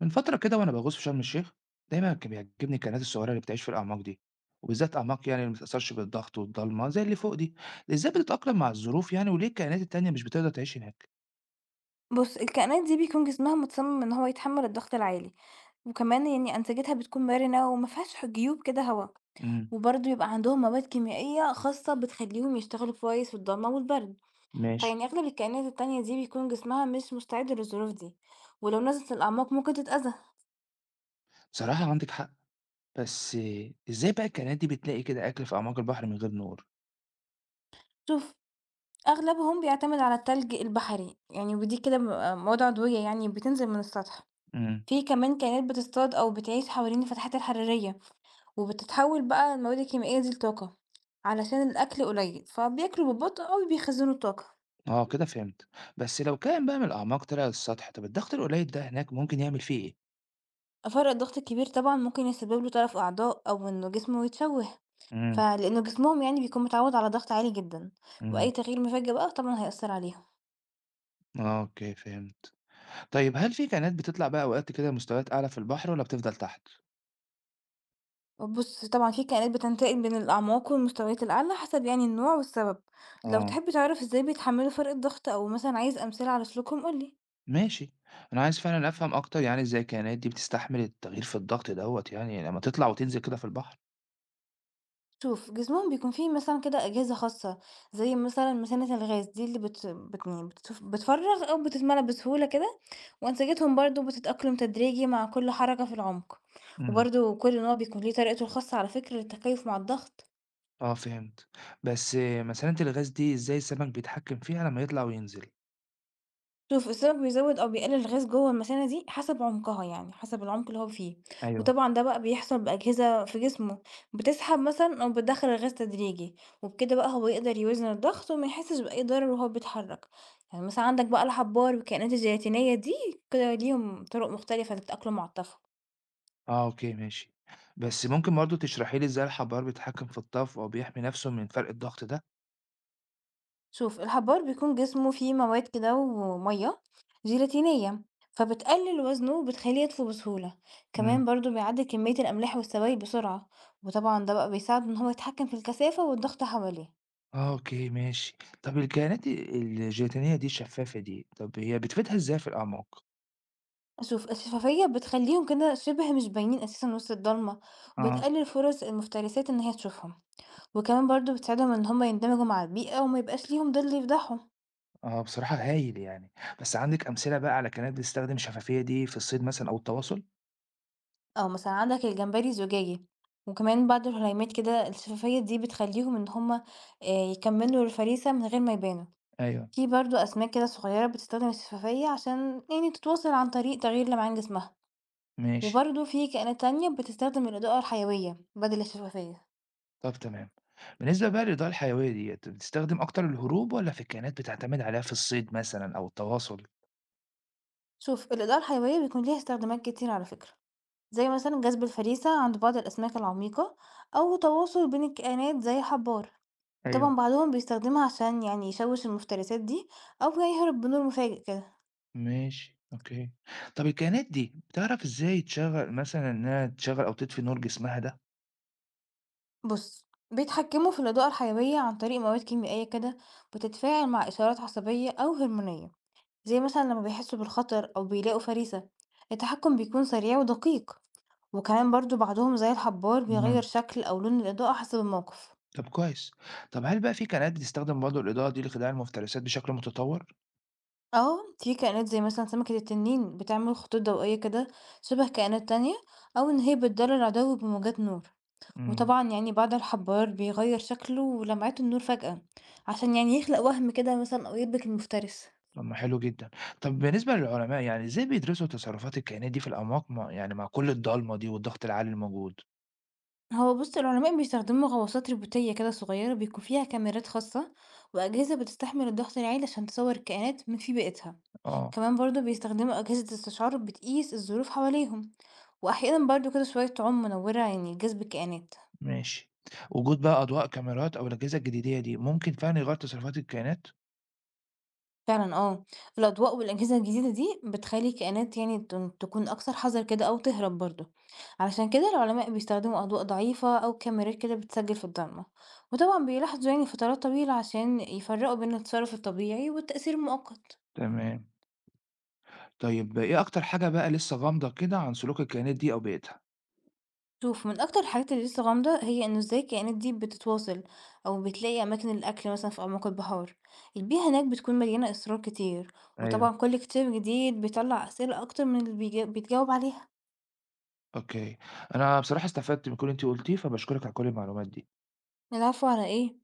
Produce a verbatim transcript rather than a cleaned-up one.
من فترة كده وأنا بغوص في شرم الشيخ، دايما كان بيعجبني الكائنات الصغيرة اللي بتعيش في الأعماق دي، وبالذات أعماق يعني اللي مبتتأثرش بالضغط والضلمة زي اللي فوق دي. إزاي بتتأقلم مع الظروف يعني وليه الكائنات التانية مش بتقدر تعيش هناك؟ بُص، الكائنات دي بيكون جسمها متصمم إن هو يتحمل الضغط العالي، وكمان يعني أنسجتها بتكون مرنة وما فيهاش ح جيوب كده هوا، امم وبرضه يبقى عندهم مواد كيميائية خاصة بتخليهم يشتغلوا كويس في الضلمة والبرد، ماشي. فيعني أغلب الكائنات التانية دي بيكون جسمها مش مستعد للظروف دي، ولو نزلت الأعماق ممكن تتأذى. بصراحة عندك حق، بس إزاي بقى الكائنات دي بتلاقي كده أكل في أعماق البحر من غير نور؟ شوف، أغلبهم بيعتمد على التلج البحري يعني، ودي كده بيبقى مواد عضوية يعني بتنزل من السطح. امم في كمان كائنات بتصطاد أو بتعيش حوالين الفتحات الحرارية، وبتتحول بقى المواد الكيميائية دي لطاقة، علشان الأكل قليل فبياكلوا ببطء أو بيخزنوا الطاقة. اه كده فهمت. بس لو كائن بقى من الأعماق طلع للسطح، طب الضغط القليل ده هناك ممكن يعمل فيه إيه؟ فرق الضغط الكبير طبعا ممكن يسبب له تلف أعضاء أو إنه جسمه يتشوه، امم فلأنه جسمهم يعني بيكون متعود على ضغط عالي جدا، وأي امم تغيير مفاجئ بقى طبعا هيأثر عليهم. اه اوكي فهمت. طيب هل في كائنات بتطلع بقى أوقات كده مستويات أعلى في البحر ولا بتفضل تحت؟ بص، طبعا في كائنات بتنتقل بين الأعماق والمستويات الأعلى حسب يعني النوع والسبب. لو آه، تحب تعرف ازاي بيتحملوا فرق الضغط أو مثلا عايز أمثلة على سلوكهم قولي. ماشي. أنا عايز فعلًا أفهم أكتر يعني إزاي الكائنات دي بتستحمل التغيير في الضغط دوّة يعني لمّا تطلع وتنزل كده في البحر. شوف، جسمهم بيكون فيه مثلًا كده أجهزة خاصة، زي مثلًا مثانة الغاز دي اللي بت بت يعني بتف بتفرغ أو بتتملى بسهولة كده، وأنسجتهم برضه بتتأقلم تدريجي مع كل حركة في العمق، إمم. وبرضه كل نوع بيكون ليه طريقته الخاصة على فكرة للتكيف مع الضغط. آه فهمت. بس آه، مسألة الغاز دي إزاي السمك بيتحكم فيها لمّا يطلع وينزل؟ شوف، السمك بيزود أو بيقلل الغاز جوه المثانة دي حسب عمقها، يعني حسب العمق اللي هو فيه. أيوه. وطبعا ده بقى بيحصل بأجهزة في جسمه بتسحب مثلا أو بتدخل الغاز تدريجي، وبكده بقى هو يقدر يوزن الضغط وما يحسش بأي ضرر وهو بيتحرك. يعني مثلا عندك بقى الحبار والكائنات الجيلاتينية دي كده ليهم طرق مختلفة للتأقلم مع الطفو. آه أوكي ماشي. بس ممكن برضه تشرحي لي إزاي الحبار بيتحكم في الطفو أو بيحمي نَفْسه من فرق الضغط ده؟ شوف، الحبار بيكون جسمه فيه مواد كده ومية جيلاتينية، فبتقلل وزنه وبتخليه يطفو بسهولة. كمان إمم. برضو بيعدل كمية الأملاح والسوائل بسرعة، وطبعا ده بقى بيساعده إن هو يتحكم في الكثافة والضغط حواليه. آه أوكي ماشي. طَب الكائنات الجيلاتينية دي الشفافة دي، طَب هي بتفيدها إزاي في الأعماق؟ شوف، الشفافية بتخليهم كده شبه مش باينين أساسا وسط الضلمة، آه. وبتقلل فرص المفترسات إن هي تشوفهم. وكمان برضو بتساعدهم إن هما يندمجوا مع البيئة وما يبقاش ليهم ظل يفضحهم. آه، بصراحة هايل يعني، بس عندِك أمثلة بقى على قنوات بتستخدم الشفافية دي في الصيد مثلًا أو التواصل؟ آه، مثلًا عندك الجمبري زجاجي، وكمان بعض الهليمات كده الشفافية دي بتخلّيهم إن هُم آآ يكمّلوا الفريسة من غير ما يبانوا. أيوه. في برضه أسماك كده صغيّرة بتستخدم الشفافية عشان يعني تتواصل عن طريق تغيير لمعان جسمها، ماشي، وبرضه في كائنات تانية بتستخدم الإضاءة الحيوية بدل الشفافية. طب تمام. بالنسبة بقى للإضاءة الحيوية ديّة، بتستخدم أكتر للهروب والّا في الكائنات بتعتمد عليها في الصيد مثلًا أو التواصل؟ شوف، الإضاءة الحيوية بيكون ليها استخدامات كتير على فكرة، زي مثلًا جذب الفريسة عند بعض الأسماك العميقة، أو تواصل بين الكائنات زي الحبار. وطبعًا أيوه. بعضهم بيستخدمها عشان يعني يشوِّش المفترسات دي، أو يهرب بنور مفاجئ كده. ماشي، أوكي. طب الكائنات دي بتعرف إزاي تشغّل مثلًا إنها تشغّل أو تطفي نور جسمها ده؟ بُص، بيتحكموا في الإضاءة الحيوية عن طريق مواد كيميائية كده بتتفاعل مع إشارات عصبية أو هرمونية، زي مثلًا لما بيحسوا بالخطر أو بيلاقوا فريسة. التحكم بيكون سريع ودقيق، وكمان برضه بعضهم زي الحبار بيغيّر إمم. شكل أو لون الإضاءة حسب الموقف. طب كويس. طب هل بقى في قنوات بتستخدم برضه الإضاءة دي لخداع المفترسات بشكل متطور؟ آه، في كائنات زي مثلًا سمكة التنين بتعمل خطوط ضوئية كده شبه كائنات تانية، أو إن هي بتضلّل عدوّ بموجات نور. إمم. وطبعًا يعني بعد الحبّار بيغيّر شكله ولمعته النور فجأة، عشان يعني يخلق وَهْم كده مثلًا أو يدرك المفترس. طب ما حلو جدًا. طب بالنسبة للعلماء، يعني إزاي بيدرسوا تصرفات الكائنات دي في الأعماق ما يعني مع كل الضلمة دي والضغط العالي الموجود؟ هو بُص، العلماء بيستخدموا غواصات روبوتية كده صغيّرة بيكون فيها كاميرات خاصة، وأجهزة بتستحمل الضغط العالي عشان تصوّر الكائنات من في بيئتها. آه، كمان برضه بيستخدموا أجهزة استشعار بتقيس الظروف حواليهم، وأحيانًا برضه كده شوية طُعُم منوّرة يعني لجذب الكائنات. ماشي. وجود بقى أضواء، كاميرات أو الأجهزة الجديدية دي، ممكن فعلًا يغيّر تصرفات الكائنات؟ فعلًا آه، الأضواء والأجهزة الجديدة دي بتخلّي الكائنات يعني تن تكون أكثر حذر كده أو تهرب برضه، علشان كده العلماء بيستخدموا أضواء ضعيفة أو كاميرات كده بتسجل في الضلمة، وطبعًا بيلاحظوا يعني فترات طويلة عشان يفرقوا بين التصرف الطبيعي والتأثير المؤقت. تمام. طيب إيه أكتر حاجة بقى لسه غامضة كده عن سلوك الكائنات دي أو بيئتها؟ شوف، من أكتر الحاجات اللي لسه غامضة هي إنه إزاي الكائنات دي بتتواصل أو بتلاقي أماكن الأكل مثلًا في أعماق البحار. البيئة هناك بتكون مليانة أسرار كتير، أيوه. وطبعًا كل اكتشاف جديد بيطلّع أسئلة أكتر من اللي بيج بيتجاوب عليها. أوكي. أنا بصراحة استفدت من كل اللي أنتِ قُلتيه، فباشكرِك على كل المعلومات دي. اللي عارفه على إيه؟